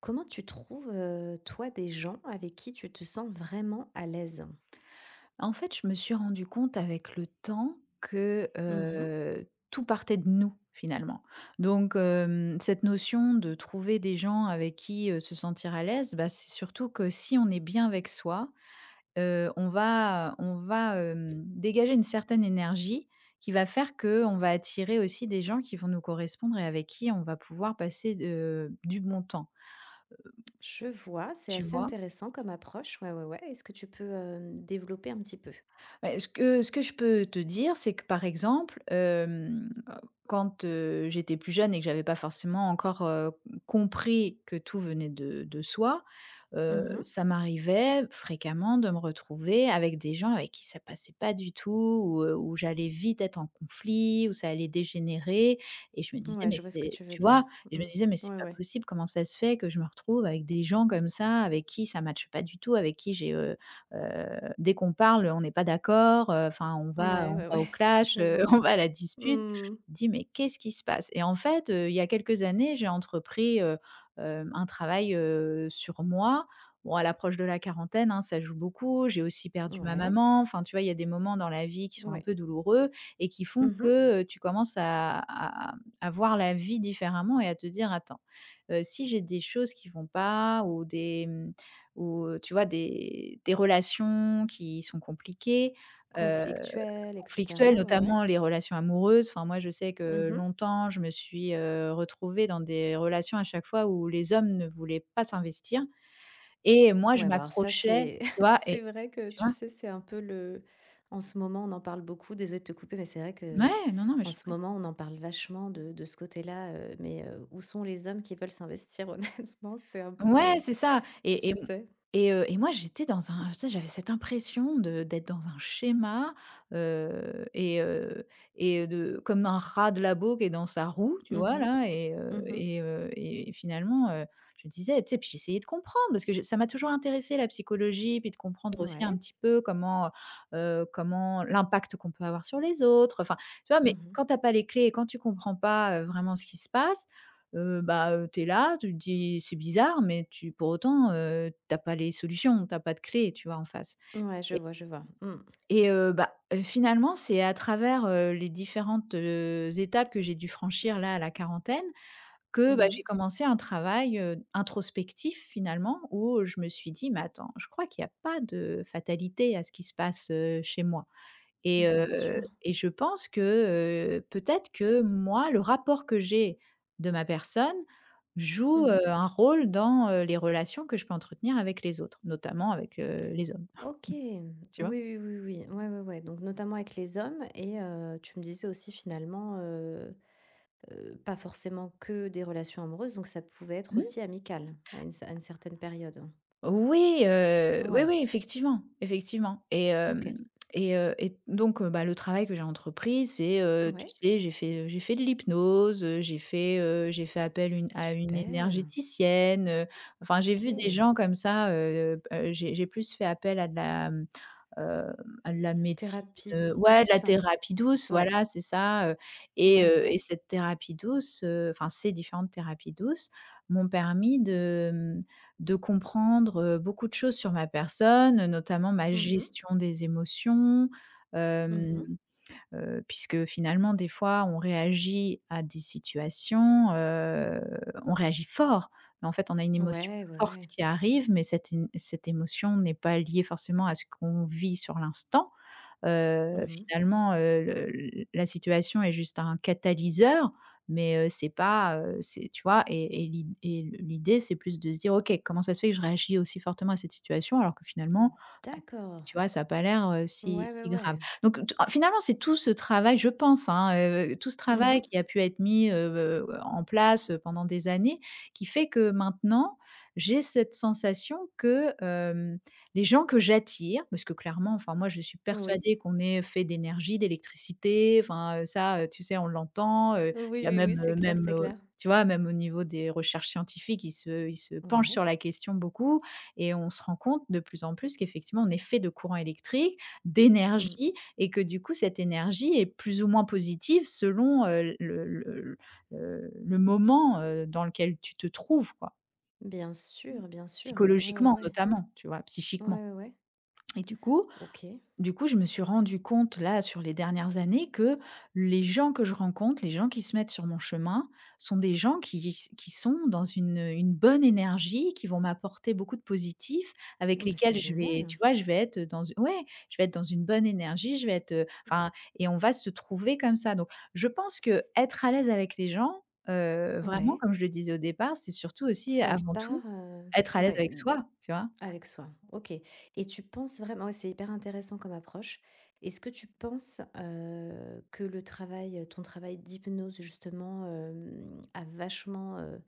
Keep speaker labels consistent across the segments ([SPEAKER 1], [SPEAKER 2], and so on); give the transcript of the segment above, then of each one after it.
[SPEAKER 1] Comment tu trouves, toi, des gens avec qui tu te sens vraiment à l'aise?
[SPEAKER 2] En fait, je me suis rendu compte avec le temps que,
[SPEAKER 1] Mmh.
[SPEAKER 2] heu, tout partait de nous, finalement. Donc, cette notion de trouver des gens avec qui, se sentir à l'aise, bah, c'est surtout que si on est bien avec soi, on va, dégager une certaine énergie qui va faire que on va attirer aussi des gens qui vont nous correspondre et avec qui on va pouvoir passer, du bon temps,
[SPEAKER 1] Je vois, c'est
[SPEAKER 2] tu
[SPEAKER 1] assez
[SPEAKER 2] vois?
[SPEAKER 1] intéressant comme approche. Ouais, ouais, ouais. Est-ce que tu peux, développer un petit peu?
[SPEAKER 2] Ouais, ce que je peux te dire, c'est que, par exemple, quand, j'étais plus jeune et que j'avais pas forcément encore, compris que tout venait de soi,
[SPEAKER 1] Mmh.
[SPEAKER 2] ça m'arrivait fréquemment de me retrouver avec des gens avec qui ça passait pas du tout ou, où j'allais vite être en conflit, où ça allait dégénérer et je me disais:
[SPEAKER 1] Ouais,
[SPEAKER 2] «Mais
[SPEAKER 1] je vois ce que
[SPEAKER 2] c'est»,
[SPEAKER 1] tu veux
[SPEAKER 2] tu vois?
[SPEAKER 1] dire.
[SPEAKER 2] Et je
[SPEAKER 1] Mmh.
[SPEAKER 2] me disais: «Mais c'est
[SPEAKER 1] Ouais,
[SPEAKER 2] pas
[SPEAKER 1] ouais.
[SPEAKER 2] possible, comment ça se fait que je me retrouve avec des gens comme ça, avec qui ça matche pas du tout, avec qui j'ai, dès qu'on parle, on n'est pas d'accord, enfin
[SPEAKER 1] Ouais,
[SPEAKER 2] on
[SPEAKER 1] ouais,
[SPEAKER 2] va
[SPEAKER 1] ouais.
[SPEAKER 2] au clash,
[SPEAKER 1] Je
[SPEAKER 2] heu,
[SPEAKER 1] vois.
[SPEAKER 2] on va à la dispute. Je
[SPEAKER 1] Mmh.
[SPEAKER 2] me dis: «Mais qu'est-ce qui se passe?» Et en fait, il y a quelques années, j'ai entrepris, un travail, sur moi. Bon, à l'approche de la quarantaine, hein, ça joue beaucoup. J'ai aussi perdu ma
[SPEAKER 1] Ouais,
[SPEAKER 2] maman. Enfin, tu vois, il y a des moments dans la vie qui sont un
[SPEAKER 1] ouais.
[SPEAKER 2] peu douloureux et qui font
[SPEAKER 1] Mmh mh.
[SPEAKER 2] que, tu commences à à voir la vie différemment et à te dire: «Attends, si j'ai des choses qui vont pas ou des, ou, tu vois, des relations qui sont compliquées, heu,
[SPEAKER 1] Et
[SPEAKER 2] conflictuelles,
[SPEAKER 1] cetera. Ouais, ouais.
[SPEAKER 2] notamment les relations amoureuses. Enfin, moi, je sais que
[SPEAKER 1] Mmh.
[SPEAKER 2] longtemps, je me suis, retrouvée dans des relations à chaque fois où les hommes ne voulaient pas s'investir et moi, je
[SPEAKER 1] Ouais, bah, alors ça,
[SPEAKER 2] m'accrochais,
[SPEAKER 1] c'est
[SPEAKER 2] tu vois?
[SPEAKER 1] c'est
[SPEAKER 2] Et
[SPEAKER 1] vrai que,
[SPEAKER 2] tu
[SPEAKER 1] tu
[SPEAKER 2] vois?»
[SPEAKER 1] sais, c'est un peu le en ce moment, on en parle beaucoup, désolée de te couper, mais c'est vrai que
[SPEAKER 2] Ouais, non, non, mais
[SPEAKER 1] en
[SPEAKER 2] je t'en
[SPEAKER 1] ce
[SPEAKER 2] prie.
[SPEAKER 1] moment, on en parle vachement de ce côté-là, mais où sont les hommes qui veulent s'investir honnêtement? C'est un peu,
[SPEAKER 2] Ouais, c'est ça et
[SPEAKER 1] tu
[SPEAKER 2] et mmh
[SPEAKER 1] sais?
[SPEAKER 2] et heu et moi, j'étais dans un, tu sais, j'avais cette impression de d'être dans un schéma, heu et heu et de comme un rat de labo qui est dans sa roue, tu
[SPEAKER 1] Mmh
[SPEAKER 2] vois,
[SPEAKER 1] mh.
[SPEAKER 2] là et heu
[SPEAKER 1] Mmh.
[SPEAKER 2] et heu et finalement, je me disais, tu sais, puis j'essayais de comprendre parce que je ça m'a toujours intéressé la psychologie, puis de comprendre aussi
[SPEAKER 1] Ouais.
[SPEAKER 2] un petit peu comment, l'impact qu'on peut avoir sur les autres, enfin, tu vois? Mais
[SPEAKER 1] Mmh.
[SPEAKER 2] quand tu as pas les clés et quand tu comprends pas, vraiment ce qui se passe, bah, tu là, tu te dis: «C'est bizarre», mais tu pour autant, tu pas les solutions, t'as pas de clé, tu vois, en face.
[SPEAKER 1] Ouais, je
[SPEAKER 2] et
[SPEAKER 1] vois, je vois. Mmh.
[SPEAKER 2] et bah, finalement, c'est à travers, les différentes, étapes que j'ai dû franchir là, à la quarantaine, que, bah,
[SPEAKER 1] Mmh.
[SPEAKER 2] j'ai commencé un travail, introspectif finalement, où je me suis dit: «Mais attends, je crois qu'il y a pas de fatalité à ce qui se passe, chez moi». Et
[SPEAKER 1] Bien
[SPEAKER 2] heu
[SPEAKER 1] sûr.
[SPEAKER 2] et je pense que, peut-être que moi, le rapport que j'ai de ma personne joue,
[SPEAKER 1] Mmh.
[SPEAKER 2] un rôle dans, les relations que je peux entretenir avec les autres, notamment avec, les hommes,
[SPEAKER 1] OK. Oui,
[SPEAKER 2] tu vois?
[SPEAKER 1] oui, oui, oui. Ouais, ouais, ouais, donc notamment avec les hommes et tu me disais aussi finalement, pas forcément que des relations amoureuses, donc ça pouvait être
[SPEAKER 2] Mmh.
[SPEAKER 1] aussi amical à une certaine période.
[SPEAKER 2] Oui, oui,
[SPEAKER 1] Ouais,
[SPEAKER 2] oui, effectivement, effectivement et
[SPEAKER 1] OK.
[SPEAKER 2] hem et donc bah, le travail que j'ai entrepris, c'est, tu
[SPEAKER 1] Ouais.
[SPEAKER 2] sais, j'ai fait de l'hypnose, j'ai fait appel une à une
[SPEAKER 1] Super,
[SPEAKER 2] énergéticienne, enfin, j'ai vu des
[SPEAKER 1] OK.
[SPEAKER 2] gens comme ça, j'ai plus fait appel à de la médecine,
[SPEAKER 1] Thérapie
[SPEAKER 2] heu, ouais, de la
[SPEAKER 1] douce?
[SPEAKER 2] thérapie douce,
[SPEAKER 1] Ouais.
[SPEAKER 2] voilà, c'est ça, heu
[SPEAKER 1] Ouais,
[SPEAKER 2] et
[SPEAKER 1] ouais,
[SPEAKER 2] heu et
[SPEAKER 1] ouais.
[SPEAKER 2] cette thérapie douce, enfin, ces différentes thérapies douces m'ont permis de, de comprendre, beaucoup de choses sur ma personne, notamment ma Mmh.
[SPEAKER 1] Mmh
[SPEAKER 2] gestion des émotions,
[SPEAKER 1] mh.
[SPEAKER 2] hem,
[SPEAKER 1] Mmh.
[SPEAKER 2] Mmh. puisque finalement des fois on réagit à des situations, on réagit fort, mais en fait on a une émotion
[SPEAKER 1] Ouais, ouais,
[SPEAKER 2] forte
[SPEAKER 1] ouais.
[SPEAKER 2] qui arrive, mais cette émotion n'est pas liée forcément à ce qu'on vit sur l'instant.
[SPEAKER 1] Mmh.
[SPEAKER 2] Finalement, le l la situation est juste un catalyseur, mais c'est pas, c'est tu vois? Et l'idée, c'est plus de se dire: «OK, comment ça se fait que je réagis aussi fortement à cette situation alors que finalement, ça
[SPEAKER 1] D'accord.
[SPEAKER 2] tu vois? Ça a pas l'air, si
[SPEAKER 1] Ouais, ouais,
[SPEAKER 2] si grave».
[SPEAKER 1] ouais.
[SPEAKER 2] Donc, finalement, c'est tout ce travail, je pense, hein, tout ce travail
[SPEAKER 1] Mmh.
[SPEAKER 2] qui a pu être mis, en place, pendant des années, qui fait que maintenant, j'ai cette sensation que les gens que j'attire, parce que clairement, enfin moi je suis
[SPEAKER 1] Oui.
[SPEAKER 2] persuadée qu'on est fait d'énergie, d'électricité, enfin, ça, tu sais, on l'entend,
[SPEAKER 1] Oui,
[SPEAKER 2] il y a
[SPEAKER 1] oui, oui,
[SPEAKER 2] même,
[SPEAKER 1] c'est
[SPEAKER 2] heu,
[SPEAKER 1] clair,
[SPEAKER 2] même,
[SPEAKER 1] c'est
[SPEAKER 2] heu,
[SPEAKER 1] clair.
[SPEAKER 2] tu vois, même au niveau des recherches scientifiques, ils se penchent
[SPEAKER 1] Ouais.
[SPEAKER 2] sur la question beaucoup et on se rend compte de plus en plus qu'effectivement on est fait de courant électrique,
[SPEAKER 1] Mmh.
[SPEAKER 2] d'énergie et que du coup cette énergie est plus ou moins positive selon, le moment, dans lequel tu te trouves quoi.
[SPEAKER 1] Bien sûr, bien sûr. Ouais, ouais,
[SPEAKER 2] Psychologiquement
[SPEAKER 1] ouais.
[SPEAKER 2] notamment, tu vois?
[SPEAKER 1] Ouais,
[SPEAKER 2] Psychiquement,
[SPEAKER 1] ouais, ouais.
[SPEAKER 2] et
[SPEAKER 1] OK.
[SPEAKER 2] du coup, je me suis rendu compte là sur les dernières années que les gens que je rencontre, les gens qui se mettent sur mon chemin, sont des gens qui, qui sont dans une bonne énergie, qui vont m'apporter beaucoup de positif,
[SPEAKER 1] Ah
[SPEAKER 2] avec
[SPEAKER 1] bah, c'est
[SPEAKER 2] lesquels je vais,
[SPEAKER 1] génial.
[SPEAKER 2] tu vois, je vais être dans, ouais, je vais être dans une bonne énergie, je vais être,
[SPEAKER 1] Mmh.
[SPEAKER 2] enfin, et on va se trouver comme ça. Donc, je pense que être à l'aise avec les gens, vraiment,
[SPEAKER 1] Ouais.
[SPEAKER 2] comme je le disais au départ, c'est surtout aussi,
[SPEAKER 1] Ça
[SPEAKER 2] avant tout,
[SPEAKER 1] part,
[SPEAKER 2] être à l'aise
[SPEAKER 1] ouais,
[SPEAKER 2] avec soi, tu vois.
[SPEAKER 1] avec soi. OK, et tu penses vraiment ouais, c'est hyper intéressant comme approche. Est-ce que tu penses, que le travail, ton travail d'hypnose justement, a vachement,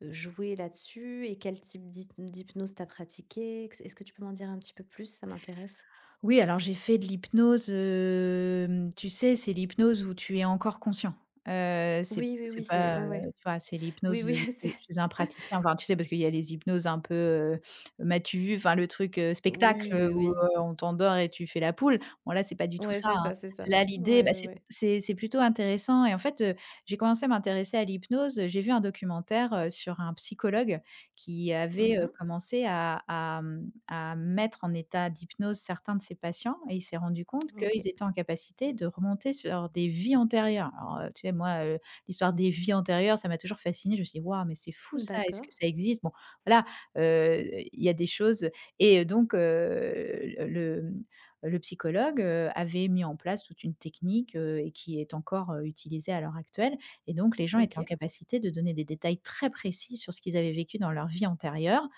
[SPEAKER 1] joué là-dessus et quel type d'hypnose t'as pratiqué? Est-ce que tu peux m'en dire un petit peu plus? Ça m'intéresse.
[SPEAKER 2] Oui, alors j'ai fait de l'hypnose, tu sais, c'est l'hypnose où tu es encore conscient. C'est
[SPEAKER 1] Oui, oui, oui, c'est ouais,
[SPEAKER 2] pas,
[SPEAKER 1] ouais.
[SPEAKER 2] tu vois, c'est
[SPEAKER 1] Oui,
[SPEAKER 2] l'hypnose,
[SPEAKER 1] oui, c'est
[SPEAKER 2] je faisais un praticien, enfin, tu sais, parce qu'il y a les hypnoses un peu, m'as-tu vu? Enfin, le truc, spectacle,
[SPEAKER 1] oui,
[SPEAKER 2] heu,
[SPEAKER 1] oui,
[SPEAKER 2] où,
[SPEAKER 1] oui.
[SPEAKER 2] on t'endort et tu fais la poule. Bon, là, c'est pas du tout
[SPEAKER 1] Ouais,
[SPEAKER 2] ça,
[SPEAKER 1] c'est
[SPEAKER 2] hein.
[SPEAKER 1] ça, c'est ça.
[SPEAKER 2] Là, l'idée,
[SPEAKER 1] Ouais,
[SPEAKER 2] bah,
[SPEAKER 1] ouais,
[SPEAKER 2] c'est
[SPEAKER 1] ouais.
[SPEAKER 2] plutôt intéressant et en fait, j'ai commencé à m'intéresser à l'hypnose, j'ai vu un documentaire, sur un psychologue qui avait,
[SPEAKER 1] Mmh.
[SPEAKER 2] commencé à mettre en état d'hypnose certains de ses patients et il s'est rendu compte
[SPEAKER 1] OK.
[SPEAKER 2] qu'ils étaient en capacité de remonter sur des vies antérieures. Alors, tu sais, moi, l'histoire des vies antérieures, ça m'a toujours fascinée. Je me suis dit: «Waouh, mais c'est fou ça, est-ce
[SPEAKER 1] D'accord.
[SPEAKER 2] que ça existe?» Bon, voilà, heu, il y a des choses et donc, le le psychologue, avait mis en place toute une technique, et qui est encore, utilisée à l'heure actuelle, et donc les gens étaient en
[SPEAKER 1] OK.
[SPEAKER 2] capacité de donner des détails très précis sur ce qu'ils avaient vécu dans leur vie antérieure.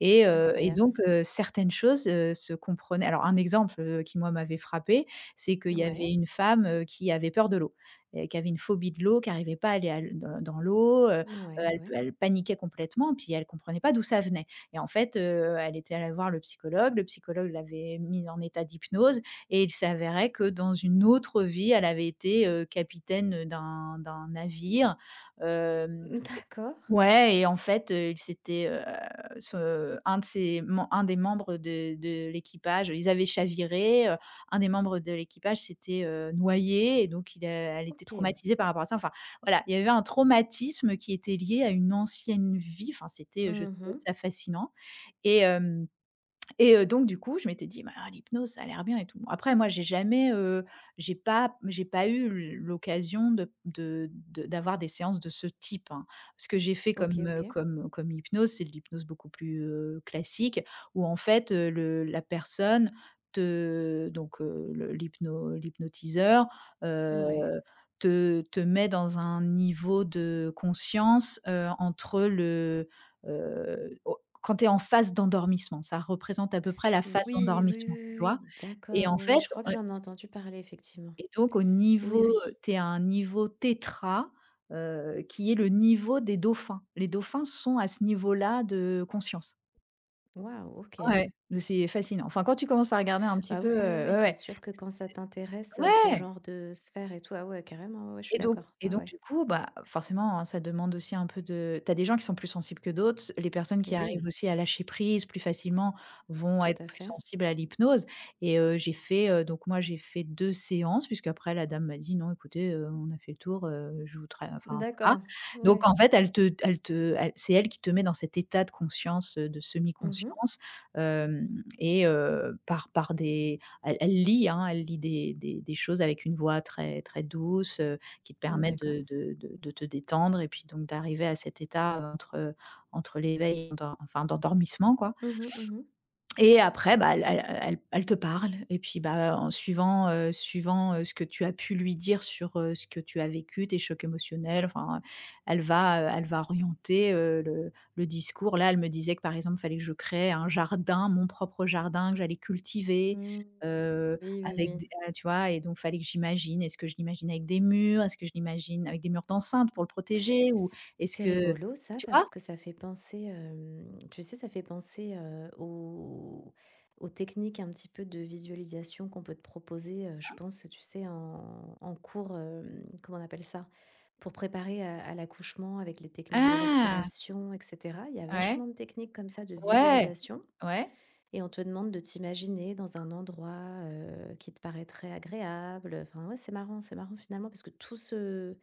[SPEAKER 2] et heu et
[SPEAKER 1] Incroyable.
[SPEAKER 2] donc heu, certaines choses, se comprenaient. Alors un exemple, qui moi m'avait frappé, c'est qu'il y avait
[SPEAKER 1] Ouais,
[SPEAKER 2] une femme, qui avait peur de l'eau et qui avait une phobie de l'eau, qui n'arrivait pas à aller à l dans l'eau,
[SPEAKER 1] ouais, ouais, ouais.
[SPEAKER 2] elle paniquait complètement, puis elle comprenait pas d'où ça venait. Et en fait, elle était allée voir le psychologue l'avait mise en état d'hypnose et il s'avérait que dans une autre vie, elle avait été, capitaine d'un navire, hem
[SPEAKER 1] D'accord,
[SPEAKER 2] Ouais, et en fait, il s'était, ce un de ses mem un des membres de l'équipage, ils avaient chaviré, un des membres de l'équipage s'était, noyé et donc il a elle était
[SPEAKER 1] OK.
[SPEAKER 2] traumatisée par rapport à ça. Enfin, voilà, il y avait un traumatisme qui était lié à une ancienne vie. Enfin, c'était, je
[SPEAKER 1] Mmh
[SPEAKER 2] trouvais
[SPEAKER 1] mh.
[SPEAKER 2] ça fascinant et hem et donc du coup, je m'étais dit: «Bah, l'hypnose, ça a l'air bien et tout». Après moi, j'ai pas eu l'occasion de d'avoir des séances de ce type, hein. Ce que j'ai fait
[SPEAKER 1] OK,
[SPEAKER 2] comme, heu,
[SPEAKER 1] OK.
[SPEAKER 2] comme comme hypnose, c'est de l'hypnose beaucoup plus, classique, où en fait, le la personne te, donc le l'hypno l'hypnotiseur, heu,
[SPEAKER 1] Ouais.
[SPEAKER 2] te met dans un niveau de conscience, entre le, au quand tu es en phase d'endormissement, ça représente à peu près la phase
[SPEAKER 1] Oui, oui,
[SPEAKER 2] d'endormissement,
[SPEAKER 1] oui, oui,
[SPEAKER 2] tu vois?
[SPEAKER 1] oui,
[SPEAKER 2] Et
[SPEAKER 1] d'accord.
[SPEAKER 2] en
[SPEAKER 1] Ouais, ouais,
[SPEAKER 2] fait,
[SPEAKER 1] je crois que
[SPEAKER 2] heu
[SPEAKER 1] j'en ai entendu parler effectivement.
[SPEAKER 2] et donc au
[SPEAKER 1] Oui,
[SPEAKER 2] niveau,
[SPEAKER 1] oui.
[SPEAKER 2] heu, tu es à un niveau tétra, qui est le niveau des dauphins. Les dauphins sont à ce niveau-là de conscience.
[SPEAKER 1] Waouh, OK.
[SPEAKER 2] Ouais, mais c'est fascinant. Enfin, quand tu commences à regarder un petit
[SPEAKER 1] Ah
[SPEAKER 2] peu,
[SPEAKER 1] oui, oui, oui,
[SPEAKER 2] ouais,
[SPEAKER 1] c'est
[SPEAKER 2] ouais.
[SPEAKER 1] sûr que quand ça t'intéresse, ce
[SPEAKER 2] Ouais!
[SPEAKER 1] genre de sphère et tout, ah ouais, carrément, ouais, ouais, je suis
[SPEAKER 2] Et donc
[SPEAKER 1] d'accord.
[SPEAKER 2] et
[SPEAKER 1] Ouais,
[SPEAKER 2] donc
[SPEAKER 1] ouais.
[SPEAKER 2] du coup, bah, forcément, hein, ça demande aussi un peu de T'as des gens qui sont plus sensibles que d'autres. Les personnes qui arrivent
[SPEAKER 1] Oui,
[SPEAKER 2] aussi à lâcher prise plus facilement vont
[SPEAKER 1] tout
[SPEAKER 2] être
[SPEAKER 1] à
[SPEAKER 2] plus
[SPEAKER 1] fait.
[SPEAKER 2] sensibles à l'hypnose et j'ai fait, donc moi, j'ai fait 2 séances puisque après la dame m'a dit: «Non, écoutez, on a fait le tour, je vous tra enfin ça va».
[SPEAKER 1] D'accord,
[SPEAKER 2] Donc
[SPEAKER 1] ouais.
[SPEAKER 2] en fait, elle c'est elle qui te met dans cet état de conscience, de
[SPEAKER 1] Mmh mh.
[SPEAKER 2] semi-conscience, hem et par par des elle lit, hein, elle lit des choses avec une voix très, très douce, qui te permettent
[SPEAKER 1] D'accord.
[SPEAKER 2] de te détendre et puis donc d'arriver à cet état, entre, entre l'éveil et l'endor enfin d'endormissement quoi
[SPEAKER 1] Mmh mh, mmh mh.
[SPEAKER 2] et après, bah, elle te parle et puis, bah, en suivant, suivant, ce que tu as pu lui dire sur, ce que tu as vécu, tes chocs émotionnels, enfin, elle va orienter, le discours. Là, elle me disait que, par exemple, il fallait que je crée un jardin, mon propre jardin, que j'allais cultiver,
[SPEAKER 1] Mmh. Oui, oui,
[SPEAKER 2] avec
[SPEAKER 1] oui.
[SPEAKER 2] des tu vois? Et donc fallait que j'imagine. Est-ce que je l'imagine avec des murs? Est-ce que je l'imagine avec des murs d'enceinte pour le protéger? Ou
[SPEAKER 1] C'est
[SPEAKER 2] est-ce
[SPEAKER 1] c'est
[SPEAKER 2] que
[SPEAKER 1] rigolo ça
[SPEAKER 2] tu vois?
[SPEAKER 1] parce que ça fait penser, tu sais, ça fait penser, aux techniques un petit peu de visualisation qu'on peut te proposer, je pense, tu sais, en cours, hem, comment on appelle ça? Pour préparer à l'accouchement avec les techniques de
[SPEAKER 2] Ah!
[SPEAKER 1] respiration et cetera. Il y a
[SPEAKER 2] Ouais,
[SPEAKER 1] vachement de techniques comme ça de
[SPEAKER 2] ouais,
[SPEAKER 1] visualisation
[SPEAKER 2] ouais.
[SPEAKER 1] et on te demande de t'imaginer dans un endroit, qui te paraîtrait agréable, enfin, ouais, c'est marrant finalement parce que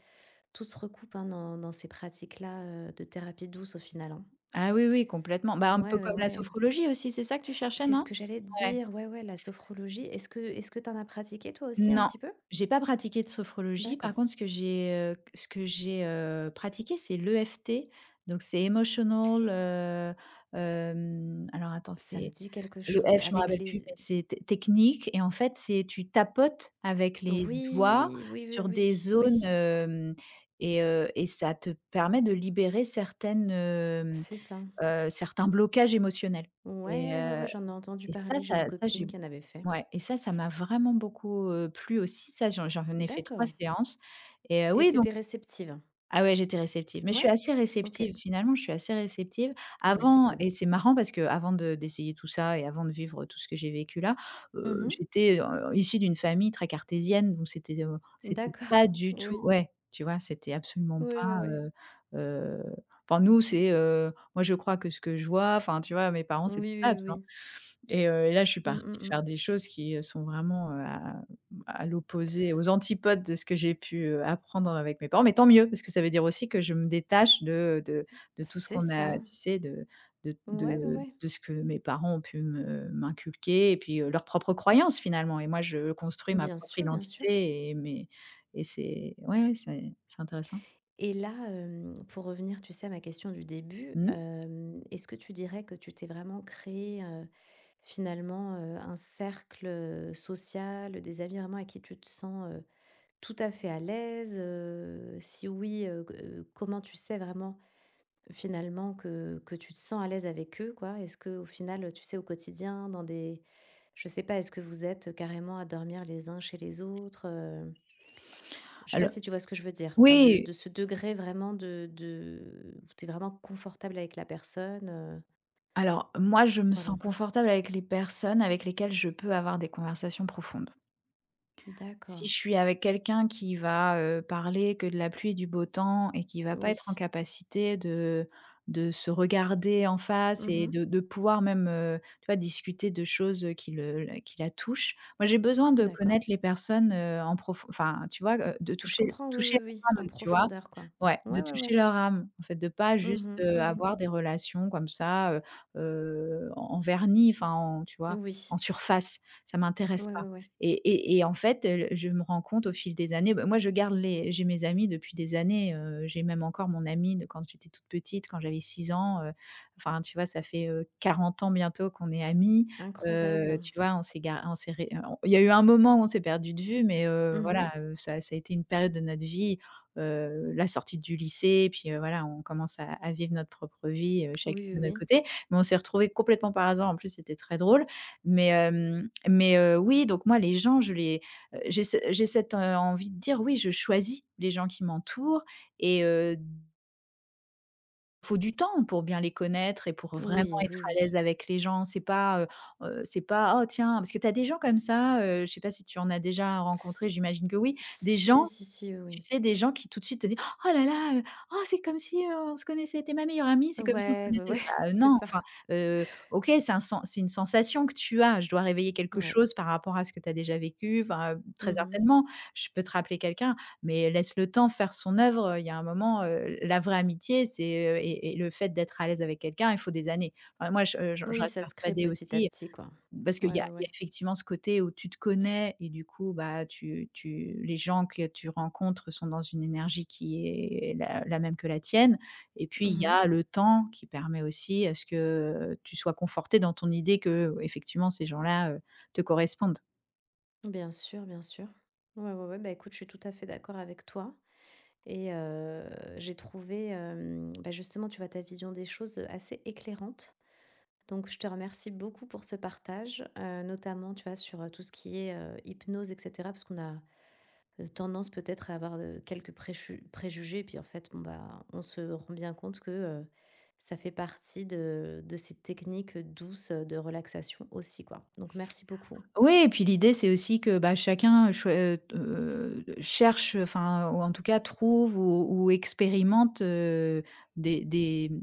[SPEAKER 1] tout se recoupe, hein, dans ces pratiques-là, de thérapie douce au final, hein.
[SPEAKER 2] Ah oui, oui, complètement. Bah, un peu
[SPEAKER 1] Ouais, ouais,
[SPEAKER 2] comme la
[SPEAKER 1] ouais.
[SPEAKER 2] sophrologie aussi, c'est ça que tu cherchais,
[SPEAKER 1] C'est ce
[SPEAKER 2] non?
[SPEAKER 1] que j'allais te
[SPEAKER 2] Ouais.
[SPEAKER 1] dire, ouais, ouais, la sophrologie. Est-ce que t'en as pratiqué toi aussi un
[SPEAKER 2] Non,
[SPEAKER 1] petit peu?
[SPEAKER 2] j'ai pas pratiqué de sophrologie. Par
[SPEAKER 1] D'accord.
[SPEAKER 2] contre, ce que j'ai, pratiqué, c'est l'EFT. Donc c'est Emotional, alors attends,
[SPEAKER 1] Ça me
[SPEAKER 2] c'est
[SPEAKER 1] dit quelque
[SPEAKER 2] le
[SPEAKER 1] chose
[SPEAKER 2] F, je me
[SPEAKER 1] avec
[SPEAKER 2] rappelle plus,
[SPEAKER 1] les
[SPEAKER 2] mais c'est té technique et en fait, c'est tu tapotes avec les doigts
[SPEAKER 1] oui, oui, oui,
[SPEAKER 2] sur des
[SPEAKER 1] oui,
[SPEAKER 2] zones,
[SPEAKER 1] oui,
[SPEAKER 2] hem et ça te permet de libérer certaines,
[SPEAKER 1] c'est ça.
[SPEAKER 2] certains blocages émotionnels et
[SPEAKER 1] Ouais, ouais, ouais,
[SPEAKER 2] heu
[SPEAKER 1] j'en ai entendu
[SPEAKER 2] et ça
[SPEAKER 1] parler, j'ai une
[SPEAKER 2] ça ça j'ai
[SPEAKER 1] copine qui en avait fait.
[SPEAKER 2] ouais et ça m'a vraiment beaucoup, plu aussi. Ça, j'en ai fait 3
[SPEAKER 1] D'accord,
[SPEAKER 2] séances et
[SPEAKER 1] et
[SPEAKER 2] oui donc
[SPEAKER 1] tu réceptive?
[SPEAKER 2] ah ouais, j'étais réceptive. Mais je suis
[SPEAKER 1] Ouais?
[SPEAKER 2] assez
[SPEAKER 1] OK.
[SPEAKER 2] réceptive, finalement, je suis assez réceptive.
[SPEAKER 1] Ah bah, c'est
[SPEAKER 2] Avant
[SPEAKER 1] cool.
[SPEAKER 2] et c'est marrant parce que avant de d'essayer tout ça et avant de vivre tout ce que j'ai vécu là,
[SPEAKER 1] Mmh.
[SPEAKER 2] j'étais, issue d'une famille très cartésienne donc c'était, c'était
[SPEAKER 1] D'accord.
[SPEAKER 2] pas du tout
[SPEAKER 1] Oui.
[SPEAKER 2] ouais, tu vois? C'était absolument
[SPEAKER 1] Oui,
[SPEAKER 2] pas,
[SPEAKER 1] oui, oui.
[SPEAKER 2] heu, enfin nous c'est, moi je crois que ce que je vois, enfin tu vois? Mes parents c'était
[SPEAKER 1] Oui,
[SPEAKER 2] ça,
[SPEAKER 1] oui,
[SPEAKER 2] tu vois?
[SPEAKER 1] oui.
[SPEAKER 2] Et là, je suis
[SPEAKER 1] Mmh,
[SPEAKER 2] partie
[SPEAKER 1] mmh
[SPEAKER 2] faire
[SPEAKER 1] mh.
[SPEAKER 2] des choses qui, sont vraiment, à l'opposé, aux antipodes de ce que j'ai pu, apprendre avec mes parents. Mais tant mieux, parce que ça veut dire aussi que je me détache de de tout ce
[SPEAKER 1] C'est
[SPEAKER 2] qu'on a,
[SPEAKER 1] ça.
[SPEAKER 2] tu sais, de
[SPEAKER 1] Ouais, ouais, ouais.
[SPEAKER 2] ce que mes parents ont pu me m'inculquer et puis, leurs propres croyances finalement. Et moi, je construis ma
[SPEAKER 1] Bien
[SPEAKER 2] propre
[SPEAKER 1] sûr, bien sûr.
[SPEAKER 2] identité et mes et c'est ouais, ouais, c'est intéressant.
[SPEAKER 1] Et là, pour revenir, tu sais, à ma question du début,
[SPEAKER 2] Mmh.
[SPEAKER 1] est-ce que tu dirais que tu t'es vraiment créé, finalement, un cercle, social, des amis vraiment à qui tu te sens, tout à fait à l'aise? Si oui, c comment tu sais vraiment, finalement, que tu te sens à l'aise avec eux, quoi? Est-ce que au final, tu sais, au quotidien, dans des je sais pas, est-ce que vous êtes, carrément à dormir les uns chez les autres, je sais pas
[SPEAKER 2] Alors
[SPEAKER 1] si tu vois ce que je veux dire. Enfin,
[SPEAKER 2] oui,
[SPEAKER 1] de ce degré vraiment de où tu es vraiment confortable avec la personne. Euh,
[SPEAKER 2] alors moi, je me sens
[SPEAKER 1] voilà.
[SPEAKER 2] confortable avec les personnes avec lesquelles je peux avoir des conversations profondes.
[SPEAKER 1] D'accord.
[SPEAKER 2] Si je suis avec quelqu'un qui va, parler que de la pluie et du beau temps et qui va pas être en
[SPEAKER 1] Oui.
[SPEAKER 2] capacité de se regarder en face et
[SPEAKER 1] Mhm.
[SPEAKER 2] de pouvoir même, tu vois, discuter de choses, qui le la qui la touchent. Moi, j'ai besoin de
[SPEAKER 1] D'accord.
[SPEAKER 2] connaître les personnes, en prof enfin, tu vois, de
[SPEAKER 1] Je
[SPEAKER 2] toucher
[SPEAKER 1] comprends, oui,
[SPEAKER 2] toucher
[SPEAKER 1] oui, oui.
[SPEAKER 2] leur
[SPEAKER 1] En
[SPEAKER 2] âme, tu vois?
[SPEAKER 1] profondeur, quoi.
[SPEAKER 2] Ouais, de
[SPEAKER 1] Ouais, ouais,
[SPEAKER 2] toucher
[SPEAKER 1] ouais.
[SPEAKER 2] leur âme, en fait, de pas juste,
[SPEAKER 1] Mhm, mhm.
[SPEAKER 2] avoir des relations comme ça, en en vernis, enfin, en tu vois,
[SPEAKER 1] Oui.
[SPEAKER 2] en surface. Ça m'intéresse
[SPEAKER 1] Ouais,
[SPEAKER 2] pas.
[SPEAKER 1] ouais, ouais.
[SPEAKER 2] Et en fait, je me rends compte au fil des années bah, moi, je garde les j'ai mes amis depuis des années, j'ai même encore mon amie de quand j'étais toute petite, quand j'avais 6 ans, enfin, tu vois, ça fait, 40 ans bientôt qu'on est amies,
[SPEAKER 1] Incroyable.
[SPEAKER 2] tu vois, on s'est gar on s'est ré on il y a eu un moment où on s'est perdu de vue, mais
[SPEAKER 1] Mhm.
[SPEAKER 2] voilà, ça a été une période de notre vie, la sortie du lycée, puis, voilà, on commence à vivre notre propre vie, chacune
[SPEAKER 1] Oui, oui,
[SPEAKER 2] de notre
[SPEAKER 1] oui.
[SPEAKER 2] côté, mais on s'est retrouvées complètement par hasard, en plus, c'était très drôle mais mais oui, donc moi, les gens, je les j'ai ce j'ai cette, envie de dire, oui, je choisis les gens qui m'entourent et faut du temps pour bien les connaître et pour vraiment
[SPEAKER 1] Oui,
[SPEAKER 2] être
[SPEAKER 1] oui,
[SPEAKER 2] à
[SPEAKER 1] oui.
[SPEAKER 2] l'aise avec les gens. C'est pas: «Oh tiens» parce que tu as des gens comme ça, je sais pas si tu en as déjà rencontré, j'imagine que oui, des gens
[SPEAKER 1] Si, si, si,
[SPEAKER 2] tu
[SPEAKER 1] oui.
[SPEAKER 2] sais, des gens qui tout de suite te disent: «Oh là là, oh c'est comme si, on se connaissait, tu es ma meilleure amie,
[SPEAKER 1] Oui.
[SPEAKER 2] c'est comme si on se
[SPEAKER 1] Ouais, ouais,
[SPEAKER 2] connaissait».
[SPEAKER 1] ouais.
[SPEAKER 2] Bah,
[SPEAKER 1] C'est
[SPEAKER 2] non,
[SPEAKER 1] ça.
[SPEAKER 2] enfin, OK, c'est un sen c'est une sensation que tu as. Je dois réveiller quelque
[SPEAKER 1] Ouais.
[SPEAKER 2] chose par rapport à ce que tu as déjà vécu, enfin, très
[SPEAKER 1] Mhm.
[SPEAKER 2] certainement, je peux te rappeler quelqu'un, mais laisse le temps faire son œuvre, il y a un moment, la vraie amitié, c'est, et le fait d'être à l'aise avec quelqu'un, il faut des années. Enfin, moi je, j'en
[SPEAKER 1] Oui,
[SPEAKER 2] reste
[SPEAKER 1] ça se crée
[SPEAKER 2] persuadée
[SPEAKER 1] petit à
[SPEAKER 2] aussi,
[SPEAKER 1] petit, quoi.
[SPEAKER 2] parce qu'il
[SPEAKER 1] Ouais,
[SPEAKER 2] y a
[SPEAKER 1] ouais,
[SPEAKER 2] il y a
[SPEAKER 1] ouais.
[SPEAKER 2] effectivement ce côté où tu te connais et du coup, bah, tu tu les gens que tu rencontres sont dans une énergie qui est la la même que la tienne et puis il y a
[SPEAKER 1] Mhm.
[SPEAKER 2] le temps qui permet aussi à ce que, tu sois conforté dans ton idée que, effectivement, ces gens-là, te correspondent.
[SPEAKER 1] Bien sûr, bien sûr. Ouais, ouais, ouais. Bah, écoute, je suis tout à fait d'accord avec toi. Et j'ai trouvé, bah, justement, tu vois, ta vision des choses, assez éclairante. Donc, je te remercie beaucoup pour ce partage, notamment, tu vois, sur, tout ce qui est, hypnose, et cetera. Parce qu'on a, tendance peut-être à avoir, quelques préchu préjugés. Et puis, en fait, bon, bah, on se rend bien compte que, ça fait partie de ces techniques, douces, de relaxation aussi, quoi. Donc merci beaucoup.
[SPEAKER 2] Oui et puis l'idée, c'est aussi que, bah, chacun choi cherche, enfin, ou en tout cas trouve ou expérimente, des, mmh,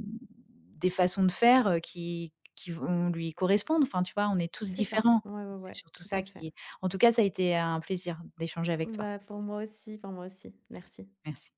[SPEAKER 2] des façons de faire, qui vont lui correspondre. Enfin, tu vois, on est tous
[SPEAKER 1] C'est ça.
[SPEAKER 2] différents.
[SPEAKER 1] Ouais, ouais,
[SPEAKER 2] C'est
[SPEAKER 1] ouais,
[SPEAKER 2] surtout
[SPEAKER 1] tout à
[SPEAKER 2] ça
[SPEAKER 1] fait.
[SPEAKER 2] qui en tout cas, ça a été un plaisir d'échanger avec toi.
[SPEAKER 1] Bah, pour moi aussi, pour moi aussi. Merci.
[SPEAKER 2] Merci.